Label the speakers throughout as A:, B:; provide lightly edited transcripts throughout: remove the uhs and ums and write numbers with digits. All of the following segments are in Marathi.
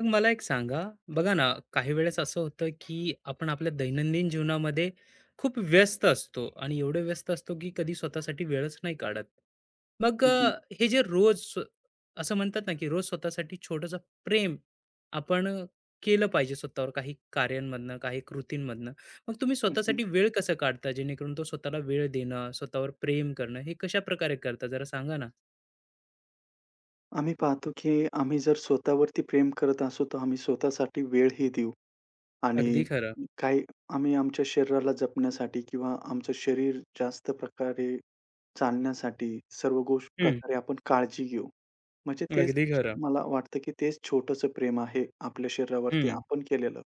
A: मग मला एक सांगा, बघा ना, काही वेळेस असं होतं, की आपण आपल्या दैनंदिन जीवनामध्ये खूप व्यस्त असतो आणि एवढे व्यस्त असतो, की कधी स्वतःसाठी वेळच नाही काढत. मग
B: हं,
A: अ,
B: हं.
A: हे जे रोज स्व असं म्हणतात ना, की रोज स्वतःसाठी छोटंसं प्रेम आपण अ, केलं पाहिजे स्वतःवर काही कार्यांमधनं, काही कृतींमधनं. मग तुम्ही
B: हं, हं.
A: स्वतःसाठी वेळ कसं काढता, जेणेकरून तो स्वतःला वेळ देणं, स्वतःवर प्रेम करणं, हे कशाप्रकारे करता जरा सांगा ना?
B: आम्ही पाहतो, की आम्ही जर स्वतःवरती प्रेम करत असू, तर आम्ही स्वतःसाठी वेळही देऊ आणि
A: अगदी खरं.
B: काही आम्ही आमच्या शरीराला जपण्यासाठी किंवा आमचं शरीर जास्त प्रकारे चालण्यासाठी सर्व गोष्ट
A: हं,
B: प्रकारे आपण काळजी घेऊ. म्हणजे तेच
A: अगदी खरं.
B: मला वाटतं, की तेच छोटंसं प्रेम आहे आपल्या शरीरावरती
A: हं.
B: आपण केलेलं.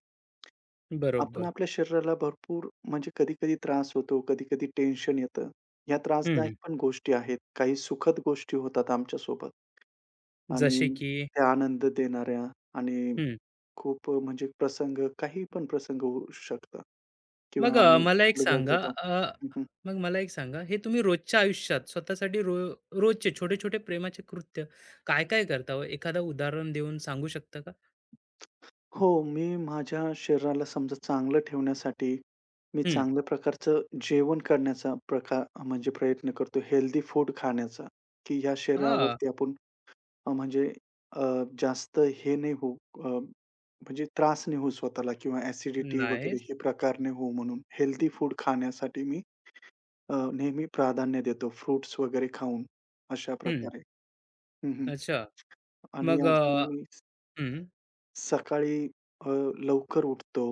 B: आपण
A: बरोबर.
B: आपल्या शरीराला भरपूर म्हणजे कधी-कधी त्रास होतो, कधी-कधी टेन्शन येतं. ह्या त्रासदायक
A: हं.
B: पण गोष्टी आहेत. काही सुखद गोष्टी होतात आमच्यासोबत आणि
A: जसे की
B: त्या आनंद देणाऱ्या आणि
A: हं.
B: खूप म्हणजे प्रसंग काही पण प्रसंग होऊ शकतात किंवा आम्ही
A: मला एक
B: कुठे जात
A: सांगा
B: जातो.
A: अ,
B: हं,
A: मग मला एक सांगा, हे तुम्ही रोजच्या आयुष्यात स्वतःसाठी रो रोजचे छोटे-छोटे प्रेमाचे कृत्य काय-काय करता हो? एखादं उदाहरण देऊन सांगू शकता का?
B: हो, मी माझ्या शरीराला समजा चांगलं ठेवण्यासाठी मी
A: हं.
B: चांगल्या प्रकारचं जेवण करण्याचा प्रकार म्हणजे प्रयत्न करतो. हेल्दी फूड खाण्याचा, की ह्या
A: हां.
B: शरीरावरती आपण अ, म्हणजे अ, जास्त हे नाही होऊ अ, म्हणजे त्रास नाही होऊ स्वतःला किंवा ॲसिडिटी वगैरे
A: नाईस.
B: हे प्रकार नाही होऊ म्हणून हेल्दी फूड खाण्यासाठी मी नेहमी प्राधान्य देतो फ्रुट्स वगैरे खाऊन अशा
A: हं.
B: प्रकारे. हं, हं.
A: अच्छा.
B: आणि
A: मग अ,
B: अजून मी
A: हं.
B: सकाळी अ, लवकर उठतो.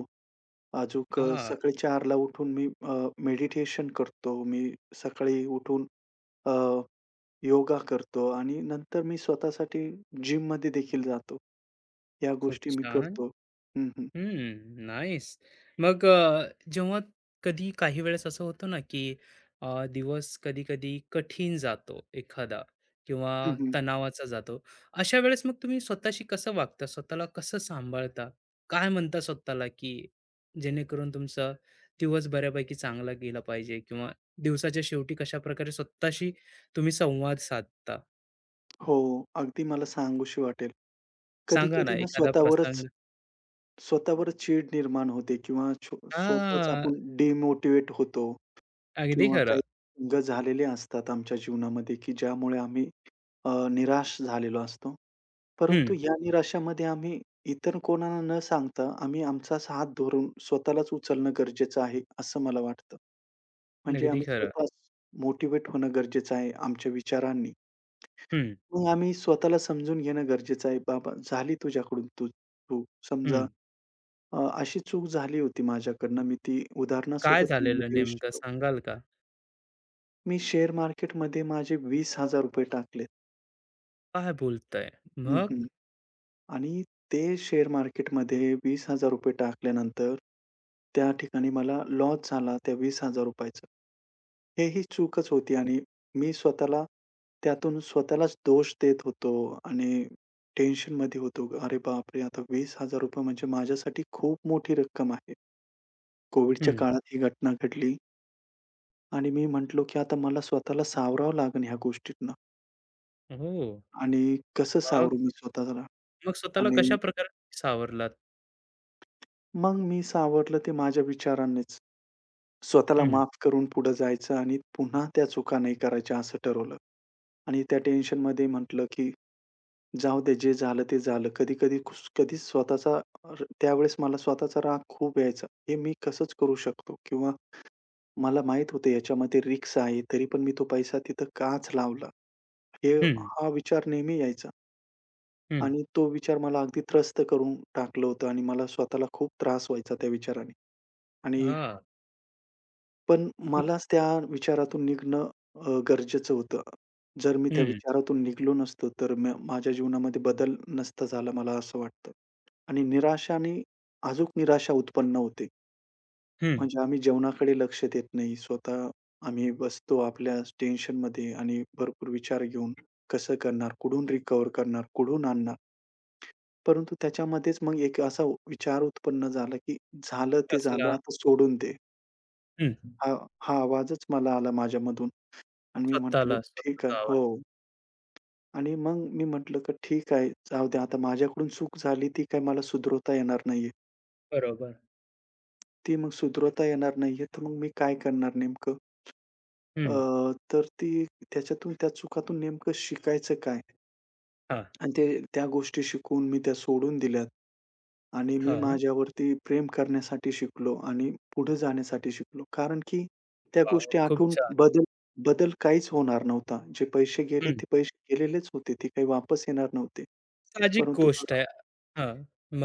A: हां.
B: सकाळी 4:00 उठून मी मेडिटेशन करतो. मी सकाळी उठून योगा करतो आणि नंतर मी स्वतःसाठी जिममध्ये देखील जातो. या
A: खूप
B: गोष्टी मी
A: छान.
B: करतो. हं, हं.
A: हम्म, नाईस. जेव्हा कधी काही वेळेस असं होतं ना, की दिवस कधी-कधी कठीण जातो एखादा किंवा
B: हं, हं.
A: तणावाचा जातो. अशा वेळेस मग तुम्ही स्वतःशी कसं वागता? स्वतःला कसं सांभाळता? काय म्हणता स्वतःला, की जेणेकरून तुमचा दिवस बऱ्यापैकी चांगला गेला पाहिजे किंवा दिवसाच्या शेवटी कशाप्रकारे स्वतःशी तुम्ही संवाद साधता?
B: हो, अगदी मला सांगूशी वाटेल.
A: सांगा ना
B: कधी-कधी ना
A: एखादा
B: स्वतःवरच
A: प्रसंग?
B: स्वतःवरच चीड निर्माण होते किंवा स्वतःच
A: हां,
B: आपण डिमोटिव्हेट होतो
A: अगदी
B: किंवा काही
A: खरं.
B: अंग झालेले असतात आमच्या जीवनामध्ये, की ज्यामुळे आम्ही निराश झालेलो असतो.
A: हं,
B: परंतु या निराशामध्ये आम्ही इतर कोणाला न सांगता आम्ही आमचाच हात धरून स्वतःलाच उचलणं गरजेचं आहे, असं मला वाटतं. म्हणजे
A: अगदी
B: आम्ही
A: खरं.
B: स्वतःच मोटिव्हेट होणं गरजेचं आहे आमच्या विचारांनी.
A: हं.
B: मग आम्ही स्वतःला समजून घेणं गरजेचं आहे. "बाबा झाली तुझ्याकडून तू चूक. समजा
A: हं.
B: अशी चूक झाली होती माझ्याकडनं." मी ती
A: काय
B: उदाहरणासोबत तुम्हाला
A: झालेलं
B: देऊ
A: नेमकं
B: शकतो.
A: सांगाल का?
B: मी शेअर मार्केटमध्ये माझे ₹20,000 टाकलेत.
A: काय बोलताय?
B: हं,
A: मग?
B: हं. आणि ते शेअर मार्केटमध्ये ₹20,000 टाकल्यानंतर, त्या ठिकाणी मला लॉस झाला त्या ₹20,000 ही चूकच होती आणि मी स्वतःला त्यातून स्वतःलाच दोष देत होतो आणि टेन्शनमध्ये होतो. अरे बापरे! आता ₹20,000 म्हणजे माझ्यासाठी खूप मोठी रक्कम आहे. कोविडच्या
A: हं.
B: काळात ही घटना घडली आणि मी म्हटलो, की आता मला स्वतःला सावरावं लागेल ह्या गोष्टीतनं
A: ओह!
B: आणि कसं
A: मग
B: सावरू मी स्वतःला
A: मग स्वतःला
B: आणि
A: कशा प्रकारे सावरलात?
B: मग मी सावरलं ते माझ्या विचारांनीच. स्वतःला
A: हं,
B: माफ करून पुढे जायचं आणि पुन्हा त्या चुका नाही करायच्या असं ठरवलं. आणि त्या टेन्शनमध्ये म्हटलं, की जाऊ दे जे झालं ते झालं. कधी-कधी कधीच स्वतःचा र त्यावेळेस मला स्वतःचा राग खूप यायचा. हे मी कसंच करू शकतो? किंवा मला माहीत होतं याच्यामध्ये रिस्क आहे, तरी पण मी तो पैसा तिथं काच लावला? हे
A: हं,
B: हा विचार नेहमी यायचा
A: हं.
B: आणि तो विचार मला अगदी त्रस्त करून टाकलं होतं आणि मला स्वतःला खूप त्रास व्हायचा त्या विचाराने. आणि
A: हां.
B: पण
A: हं,
B: मलाच त्या विचारातून निघणं गरजेचं होतं. जर मी त्या
A: हं,
B: विचारातून निघालो नसतो, तर माझ्या जीवनामध्ये बदल नसता झाला, मला असं वाटतं. आणि निराशाने निराशा उत्पन्न होते. म्हणजे आम्ही जेवणाकडे लक्ष देत नाही. आम्ही बसतो आपल्या टेन्शनमध्ये आणि भरपूर विचार घेऊन, कसं करणार? कुठून रिकव्हर करणार? कुठून आणणार? परंतु त्याच्यामध्येच मग एक असा विचार उत्पन्न झाला, की झालं ते झालं,
A: कसला?
B: आता सोडून दे.
A: हं.
B: हा हा आवाजच मला आला माझ्यामधून. आणि मी म्हटलं,
A: स्वतःला,
B: "ठीक आहे."
A: स्वतःचा आवाज.
B: हो. आणि मग मी म्हटलं, की "ठीक आहे, जाऊ दे आता माझ्याकडून चूक झाली ती काही मला सुधरवता येणार नाहीये.
A: बरोबर.
B: ती मग सुधरवता येणार नाहीये, तर मग मी काय करणार नेमकं?" अ,
A: हं.
B: तर ती त्याच्यातून त्या चुकातून नेमकं शिकायचं काय?
A: हां,
B: आणि ते त्या गोष्टी शिकून मी त्या सोडून दिल्यात आणि मी
A: हां.
B: माझ्यावरती प्रेम करण्यासाठी शिकलो आणि पुढे जाण्यासाठी शिकलो. कारण की त्या
A: वॉव!
B: गोष्टी
A: खूप
B: आठवून
A: छान.
B: बदल बदल काहीच होणार नव्हता. जे पैसे गेले,
A: हं.
B: ते पैसे गेलेलेच होते. ते काही वापस येणार नव्हते.
A: साहजिक
B: परंतु
A: गोष्ट
B: मला
A: आहे. हां.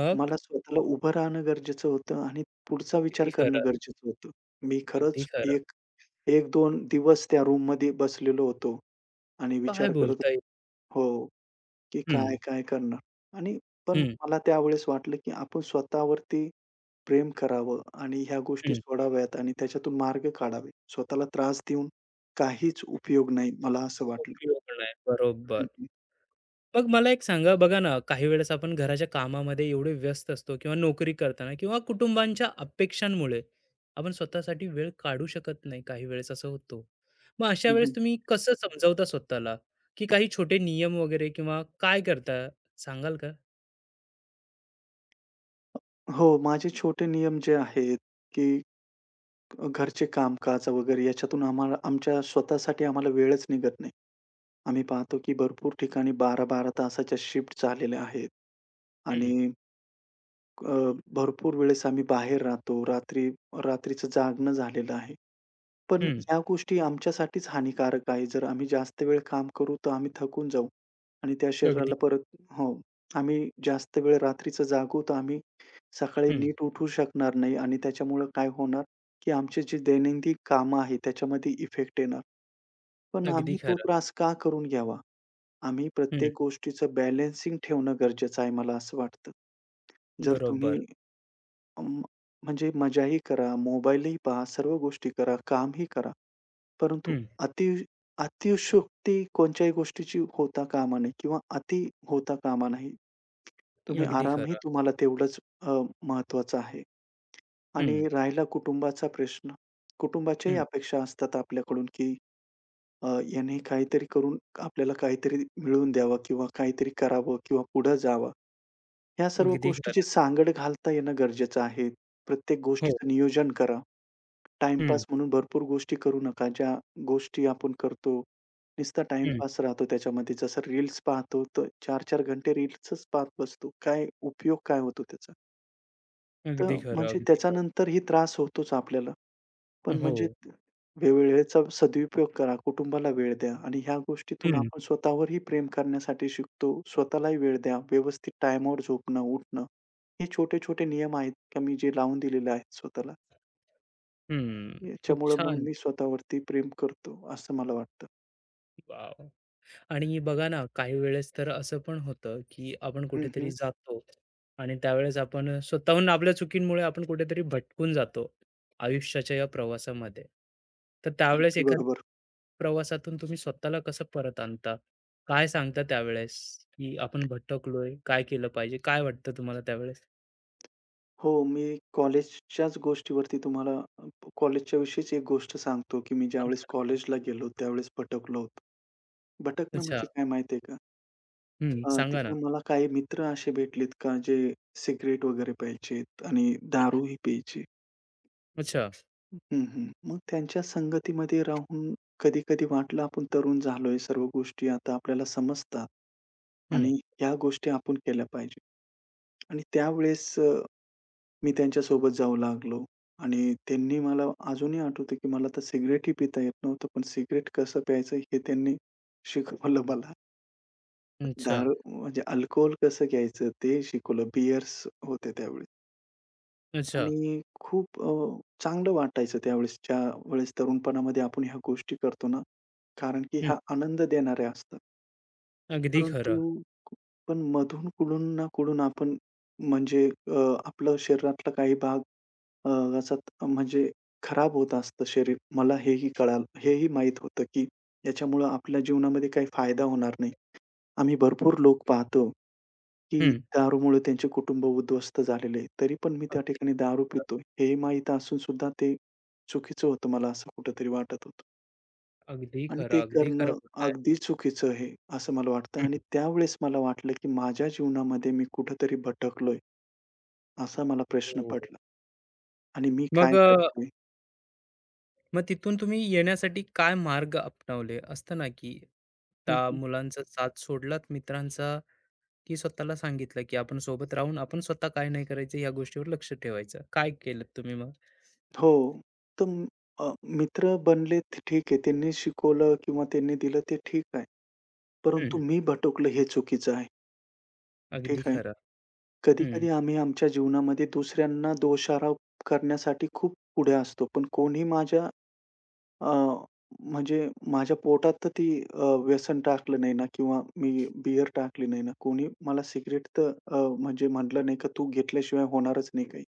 A: मग?
B: मला स्वतःला उभं राहणं गरजेचं होतं आणि पुढचा विचार
A: अगदी
B: करणं
A: खरं,
B: गरजेचं होतं. मी
A: अगदी
B: खरंच
A: खरं.
B: एक 1-2 दिवस त्या रूममध्ये बसलेलो होतो आणि
A: काय
B: विचार करत
A: बोलताय?
B: हो. की
A: हं,
B: काय, काय करणार? आणि पण
A: हं,
B: मला त्यावेळेस वाटलं, की आपण स्वतःवरती प्रेम करावं आणि ह्या गोष्टी
A: हं.
B: सोडाव्यात आणि त्याच्यातून मार्ग काढावे. स्वतःला त्रास देऊन काहीच उपयोग नाही, मला असं वाटलं.
A: उपयोग नाही.
B: हं,
A: बरोबर.
B: हं.
A: मग मला एक सांगा, बघा ना, काही वेळेस आपण घराच्या कामामध्ये एवढे व्यस्त असतो किंवा नोकरी करताना किंवा कुटुंबांच्या अपेक्षांमुळे आपण स्वतःसाठी वेळ काढू शकत नाही. काही वेळेस असं होतो. मग अशा
B: हं,
A: वेळेस
B: हं.
A: तुम्ही कसं समजावता स्वतःला, की काही छोटे नियम वगैरे किंवा काय करता सांगाल का?
B: हो, माझे छोटे नियम जे आहेत, की घरचे कामकाज वगैरे याच्यातून आम्हाला आमच्या स्वतःसाठी आम्हाला वेळच निघत नाही. आम्ही पाहतो, की भरपूर ठिकाणी 12-12 तासाच्या शिफ्ट झालेल्या आहेत
A: हं,
B: आणि भरपूर वेळेस आम्ही बाहेर राहतो. रात्रीचं जागणं झालेलं आहे. पण
A: हं.
B: ह्या गोष्टी आमच्यासाठीच हानिकारक आहे. जर आम्ही जास्त वेळ काम करू, तर आम्ही थकून जाऊ आणि त्या
A: अगदी.
B: शरीराला परत हो. आम्ही जास्त वेळ रात्रीचं जागू, तर आम्ही सकाळी
A: हं.
B: नीट उठू शकणार नाही आणि त्याच्यामुळं काय होणार, की आमचे जे दैनंदिन कामं आहे, त्याच्यामध्ये इफेक्ट येणार. पण
A: अगदी
B: आम्ही तो
A: खरं.
B: त्रास का करून घ्यावा? आम्ही
A: हं.
B: प्रत्येक गोष्टीचं बॅलन्सिंग ठेवणं गरजेचं आहे, मला असं वाटतं. जर तुम्ही
A: बरोबर.
B: अं, म्हणजे मजाही करा, मोबाईलही पहा, सर्व गोष्टी करा, कामही करा. परंतु
A: हं.
B: अति अतिशयोक्ती कोणत्याही गोष्टीची होता कामा नये किंवा अति होता कामा नये. तुम्ही
A: अगदी
B: आरामही
A: खरं.
B: तुम्हाला तेवढंच महत्त्वाचा आहे आणि
A: हं,
B: राहिला कुटुंबाचा प्रश्न. कुटुंबाच्याही
A: हं.
B: अपेक्षा असतात आपल्याकडून, की याने काहीतरी करून आपल्याला काहीतरी मिळवून द्यावं किंवा काहीतरी करावं किंवा पुढे जावं. ह्या सर्व
A: अगदी
B: गोष्टीची
A: खरं.
B: सांगड घालता येणं गरजेचं आहे. प्रत्येक
A: हो.
B: गोष्टीचं नियोजन करा.
A: हं,
B: टाईमपास म्हणून भरपूर गोष्टी करू नका. ज्या गोष्टी आपण करतो, नुसता
A: हं.
B: टाईमपास राहतो त्याच्यामध्ये. जसं रील्स पाहतो, तर 4-4 घंटे रील्सच पाहत बसतो. काय उपयोग काय होतो त्याचा? तर
A: अगदी खरं,
B: म्हणजे
A: अगदी खरं.
B: त्याच्यानंतरही त्रास होतोच आपल्याला. पण
A: हो.
B: म्हणजे वेळेचा सदुपयोग करा, कुटुंबाला वेळ द्या आणि ह्या गोष्टीतून
A: हं,
B: आपण स्वतःवरही प्रेम करण्यासाठी शिकतो. स्वतःलाही वेळ द्या. व्यवस्थित टाईमावर झोपणं, उठणं. हे छोटे-छोटे नियम आहेत का मी जे लावून दिलेले आहेत स्वतःला.
A: हं. खूप
B: याच्यामुळं मग
A: छान.
B: मी स्वतःवरती प्रेम करतो असं मला वाटतं.
A: वॉव! आणि बघा ना, काही वेळेस तर असं पण होतं, की आपण
B: हं,
A: कुठेतरी
B: हं.
A: जातो आणि त्यावेळेस आपण स्वतःहून आपल्या चुकींमुळे आपण कुठेतरी भटकून जातो, आयुष्याच्या या प्रवासामध्ये. तर त्यावेळेस
B: अगदी
A: एखाद्या
B: बरोबर.
A: प्रवासातून तुम्ही स्वतःला कसं परत आणता? काय सांगता त्यावेळेस, की आपण भटकलोय, काय केलं पाहिजे? काय वाटतं तुम्हाला त्यावेळेस?
B: हो, मी कॉलेजच्याच गोष्टीवरती तुम्हाला अ, कॉलेजच्या विषयीच एक गोष्ट सांगतो, की मी ज्यावेळेस
A: सांगता का?
B: कॉलेजला गेलो त्यावेळेस भटकलो होतो. भटकणं
A: अच्छा.
B: म्हणजे काय माहिती आहे का?
A: हं. सांगा ना.
B: तिथून मला काही मित्र असे भेटलेत का जे सिगारेट वगैरे प्यायचेत आणि दारूही प्यायचे.
A: अच्छा.
B: हं, हं. मग त्यांच्या संगतीमध्ये राहून कधी-कधी वाटलं आपण तरुण झालोय, सर्व गोष्टी आता आपल्याला समजतात
A: हं.
B: आणि ह्या गोष्टी आपण केल्या पाहिजे. आणि त्यावेळेस मी त्यांच्यासोबत जाऊ लागलो आणि त्यांनी मला अजूनही आठवतं, की मला तर सिगारेटही पिता येत नव्हतं. पण सिगारेट कसं प्यायचं हे त्यांनी शिकवलं मला.
A: अच्छा.
B: दारू म्हणजे अल्कोहोल कसं घ्यायचं ते शिकवलं. बिअर्स होते त्यावेळेस
A: अच्छा.
B: आणि खूप चांगलं वाटायचं त्यावेळेस. ज्यावेळेस तरुणपणामध्ये आपण ह्या गोष्टी करतो ना, कारण की
A: हं.
B: ह्या आनंद देणाऱ्या असतात.
A: अगदी
B: परंतु
A: खरं.
B: पण मधून कुठून ना कुठून आपण म्हणजे अ, आपलं शरीरातला काही भाग अ, असा त- म्हणजे खराब होत असतं शरीर. मला हेही कळालं हेही माहीत होतं, की याच्यामुळं आपल्या जीवनामध्ये काही फायदा होणार नाही. आम्ही भरपूर लोक पाहतो, की
A: हं.
B: दारूमुळे त्यांचे कुटुंब उद्ध्वस्त झालेले आहे. तरी पण मी त्या
A: अगदी.
B: ठिकाणी दारू पितो हे माहीत असून सुद्धा ते चुकीचं होतं. मला असं कुठेतरी वाटत होतं.
A: अगदी
B: आणि
A: खरं,
B: ते
A: अगदी खरं
B: करणं
A: बोलताय.
B: अगदी चुकीचं आहे, असं मला वाटतं आणि
A: हं,
B: त्यावेळेस मला वाटलं, की माझ्या जीवनामध्ये मी कुठेतरी भटकलोय, असा मला प्रश्न
A: हो.
B: पडला आणि मी
A: मग
B: काय
A: अ,
B: करतोय?
A: मग तिथून तुम्ही येण्यासाठी काय मार्ग अपनावले? असतं ना, की
B: हं,
A: त्या
B: हं.
A: मुलांचा साथ सोडलात, मित्रांचा, की स्वतःला सांगितलं, की आपण सोबत राहून आपण स्वतः काय नाही करायचं या गोष्टीवर लक्ष ठेवायचं. काय केलंत तुम्ही मग?
B: हो. तर म- अ, मित्र बनले ते ठीक आहे. त्यांनी शिकवलं किंवा त्यांनी दिलं ते ठीक आहे. परंतु
A: हं,
B: मी भटकलो हे चुकीचं आहे. ठीक
A: अगदी
B: आहे.
A: खरं. हं,
B: कधी-कधी आम्ही आमच्या जीवनामध्ये दुसऱ्यांना दोषारोप करण्यासाठी खूप पुढे असतो. पण कोणी माझ्या अ, म्हणजे माझ्या पोटात तर ती व्यसन टाकलं नाही ना किंवा मी बिअर टाकली नाही ना. कोणी मला सिगारेट तर अ, म्हणजे म्हटलं नाही का, "तू घेतल्याशिवाय होणारच नाही काही."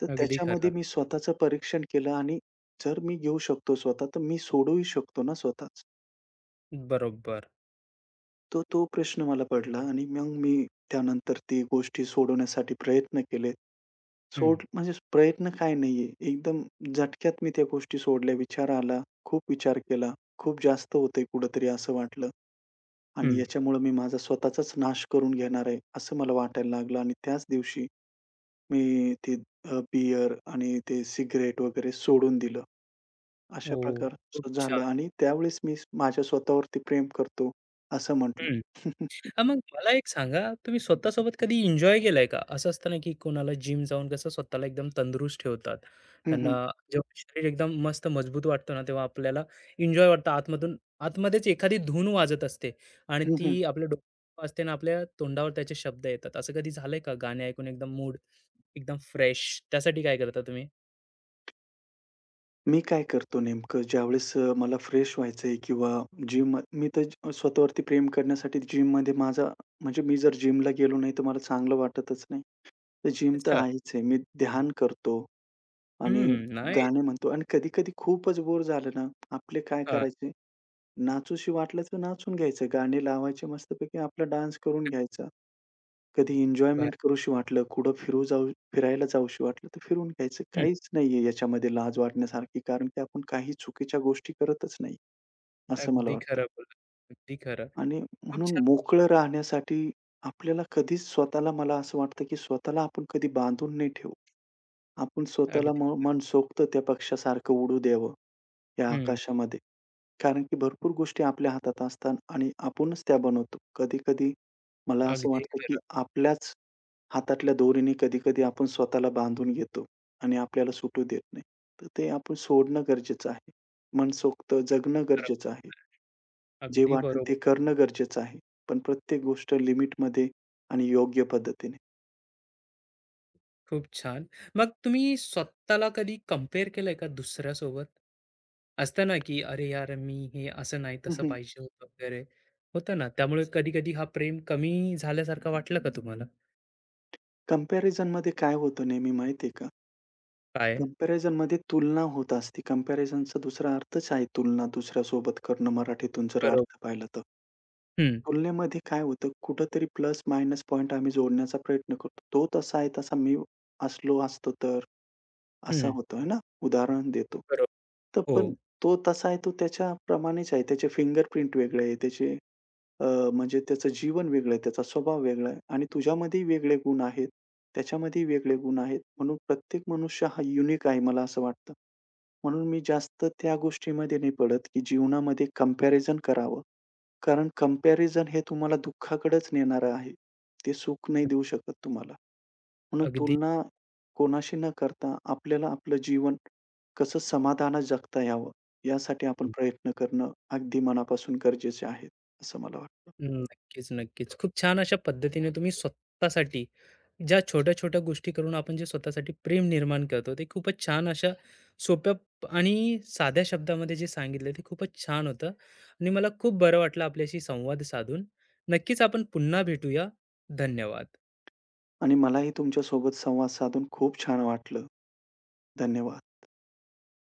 B: तर
A: अगदी
B: त्याच्यामध्ये
A: खरं.
B: मी स्वतःचं परीक्षण केलं आणि जर मी घेऊ शकतो स्वतः, तर मी सोडूही शकतो ना स्वतःच.
A: बरोबर.
B: तर तो प्रश्न मला पडला आणि मग मी त्यानंतर ती गोष्टी सोडवण्यासाठी प्रयत्न केले.
A: हं,
B: सोड म्हणजे प्रयत्न काय नाहीये. एकदम झटक्यात मी त्या गोष्टी सोडल्या. विचार आला, खूप विचार केला. खूप जास्त होतंय कुठेतरी असं वाटलं आणि
A: हं.
B: याच्यामुळे मी माझा स्वतःचाच नाश करून घेणार आहे, असं मला वाटायला लागलं आणि त्याच दिवशी मी ते बिअर आणि ते सिगारेट वगैरे सोडून दिलं. अशा
A: हो, खूप
B: प्रकारचं झालं
A: छान.
B: आणि त्यावेळेस मी माझ्या स्वतःवरती प्रेम करतो, असं म्हटलं.
A: हं. हां, मग मला एक सांगा, तुम्ही स्वतःसोबत कधी एन्जॉय केलाय का? असं असतं ना, की कोणाला जिम जाऊन कसं स्वतःला एकदम तंदुरुस्त ठेवतात.
B: हं,
A: त्यांना
B: हं.
A: जेव्हा शरीर एकदम मस्त मजबूत वाटतं ना, तेव्हा आपल्याला एन्जॉय वाटतं. आतमध्येच एखादी धून वाजत असते आणि
B: हं,
A: ती
B: हं.
A: आपल्या डोक्यात वाजते आणि आपल्या तोंडावर त्याचे शब्द येतात. असं कधी झालंय का? गाणे ऐकून एकदम मूड एकदम फ्रेश. त्यासाठी काय करता तुम्ही?
B: मी काय करतो नेमकं ज्यावेळेस मला फ्रेश व्हायचंय किंवा जिम मी तर ज स्वतःवरती प्रेम करण्यासाठी जिममध्ये माझा म्हणजे मी जर जिमला गेलो नाही तर मला चांगलं वाटतच नाही. तर जिम तर
A: अच्छा.
B: आहेच आहे. मी ध्यान करतो आणि
A: हं, नाईस.
B: गाणे म्हणतो आणि कधी-कधी खूपच बोर झालं ना, आपले काय
A: हां,
B: करायचे नाचूशी वाटलं तर नाचून घ्यायचं. गाणे लावायचे मस्तपैकी आपला डान्स करून घ्यायचा. कधी
A: भा
B: एन्जॉयमेंट करूशी वाटलं, कुठं फिरू जाऊ फिरायला जाऊशी वाटलं, तर फिरून घ्यायचं.
A: हं,
B: काहीच नाहीये याच्यामध्ये लाज वाटण्यासारखी, कारण की आपण काही चुकीच्या गोष्टी करतच नाही, असं मला
A: अगदी
B: वाटतं.
A: खरं बोललात. अगदी खरं.
B: आणि
A: खूप
B: म्हणून
A: छान.
B: मोकळं राहण्यासाठी आपल्याला कधीच स्वतःला मला असं वाटतं, की स्वतःला आपण कधी बांधून नाही ठेवू. आपण स्वतःला
A: अगदी.
B: मनसोक्त त्या पक्षासारखं उडू द्यावं, या
A: हं,
B: आकाशामध्ये. कारण की भरपूर गोष्टी आपल्या हातात असतात आणि आपणच त्या बनवतो. कधी-कधी मला असं
A: अगदी
B: वाटतं की
A: खरं.
B: आपल्याच हातातल्या दोरीने कधी-कधी आपण स्वतःला बांधून घेतो आणि आपल्याला सुटू देत नाही. तर ते आपण सोडणं गरजेचं आहे. मनसोक्त
A: किती
B: जगणं
A: फरक
B: गरजेचं आहे.
A: पडतोय.
B: जे
A: अगदी
B: वाटेल
A: बरोबर.
B: ते करणं गरजेचं आहे. पण प्रत्येक गोष्ट लिमिटमध्ये आणि योग्य पद्धतीने.
A: खूप छान. मग तुम्ही स्वतःला कधी कंपेअर केलंय का दुसऱ्यासोबत? असतं ना, की "अरे यार, मी हे असं नाही,
B: हं,
A: तसं
B: हं.
A: पाहिजे होतं," वगैरे होतं ना. त्यामुळे कधी-कधी हा प्रेम कमी झाल्यासारखा वाटला का तुम्हाला?
B: काय होतं नेहमी माहिती का?
A: काय?
B: कंपॅरिझनमध्ये तुलना होत असते. कंपॅरिझनचा दुसरा अर्थच आहे तुलना दुसऱ्यासोबत करणं मराठीतून जर
A: बरोबर.
B: अर्थ पाहिला तर.
A: हं,
B: तुलनेमध्ये काय होतं, कुठेतरी प्लस मायनस पॉइंट आम्ही जोडण्याचा प्रयत्न करतो. तो तसा आहे तसा मी असलो असतो तर? असा
A: हं.
B: होतो आहे ना, उदाहरण देतो.
A: बरोबर.
B: तर
A: हो,
B: पण तो तसा आहे, तो त्याच्याप्रमाणेच आहे. त्याचे फिंगरप्रिंट वेगळे आहे, त्याचे अ, म्हणजे त्याचं जीवन वेगळं आहे, त्याचा स्वभाव वेगळा आहे आणि तुझ्यामध्येही वेगळे गुण आहेत, त्याच्यामध्येही वेगळे गुण आहेत. म्हणून प्रत्येक मनुष्य हा युनिक आहे, मला असं वाटतं. म्हणून मी जास्त त्या गोष्टीमध्ये नाही पडत, की जीवनामध्ये कम्पॅरिझन करावं. कारण कंपॅरिझन हे तुम्हाला दुःखाकडेच नेणारं आहे. ते सुख नाही देऊ शकत तुम्हाला. म्हणून
A: अगदी.
B: तुलना कोणाशी न करता आपल्याला आपलं जीवन कसं समाधानात जगता यावं, यासाठी आपण प्रयत्न करणं अगदी मनापासून गरजेचे आहे, असं मला वाटतं.
A: हं, नक्कीच, नक्कीच. खूप छान अशा पद्धतीने तुम्ही स्वतःसाठी ज्या छोट्या-छोट्या गोष्टी करून आपण जे स्वतःसाठी प्रेम निर्माण करतो, ते खूपच छान अशा सोप्या आणि साध्या शब्दामध्ये जे सांगितलं ते खूपच छान होतं आणि मला खूप बरं वाटलं आपल्याशी संवाद साधून. नक्कीच आपण पुन्हा भेटूया. धन्यवाद.
B: आणि मलाही तुमच्यासोबत संवाद साधून खूप छान वाटलं. धन्यवाद.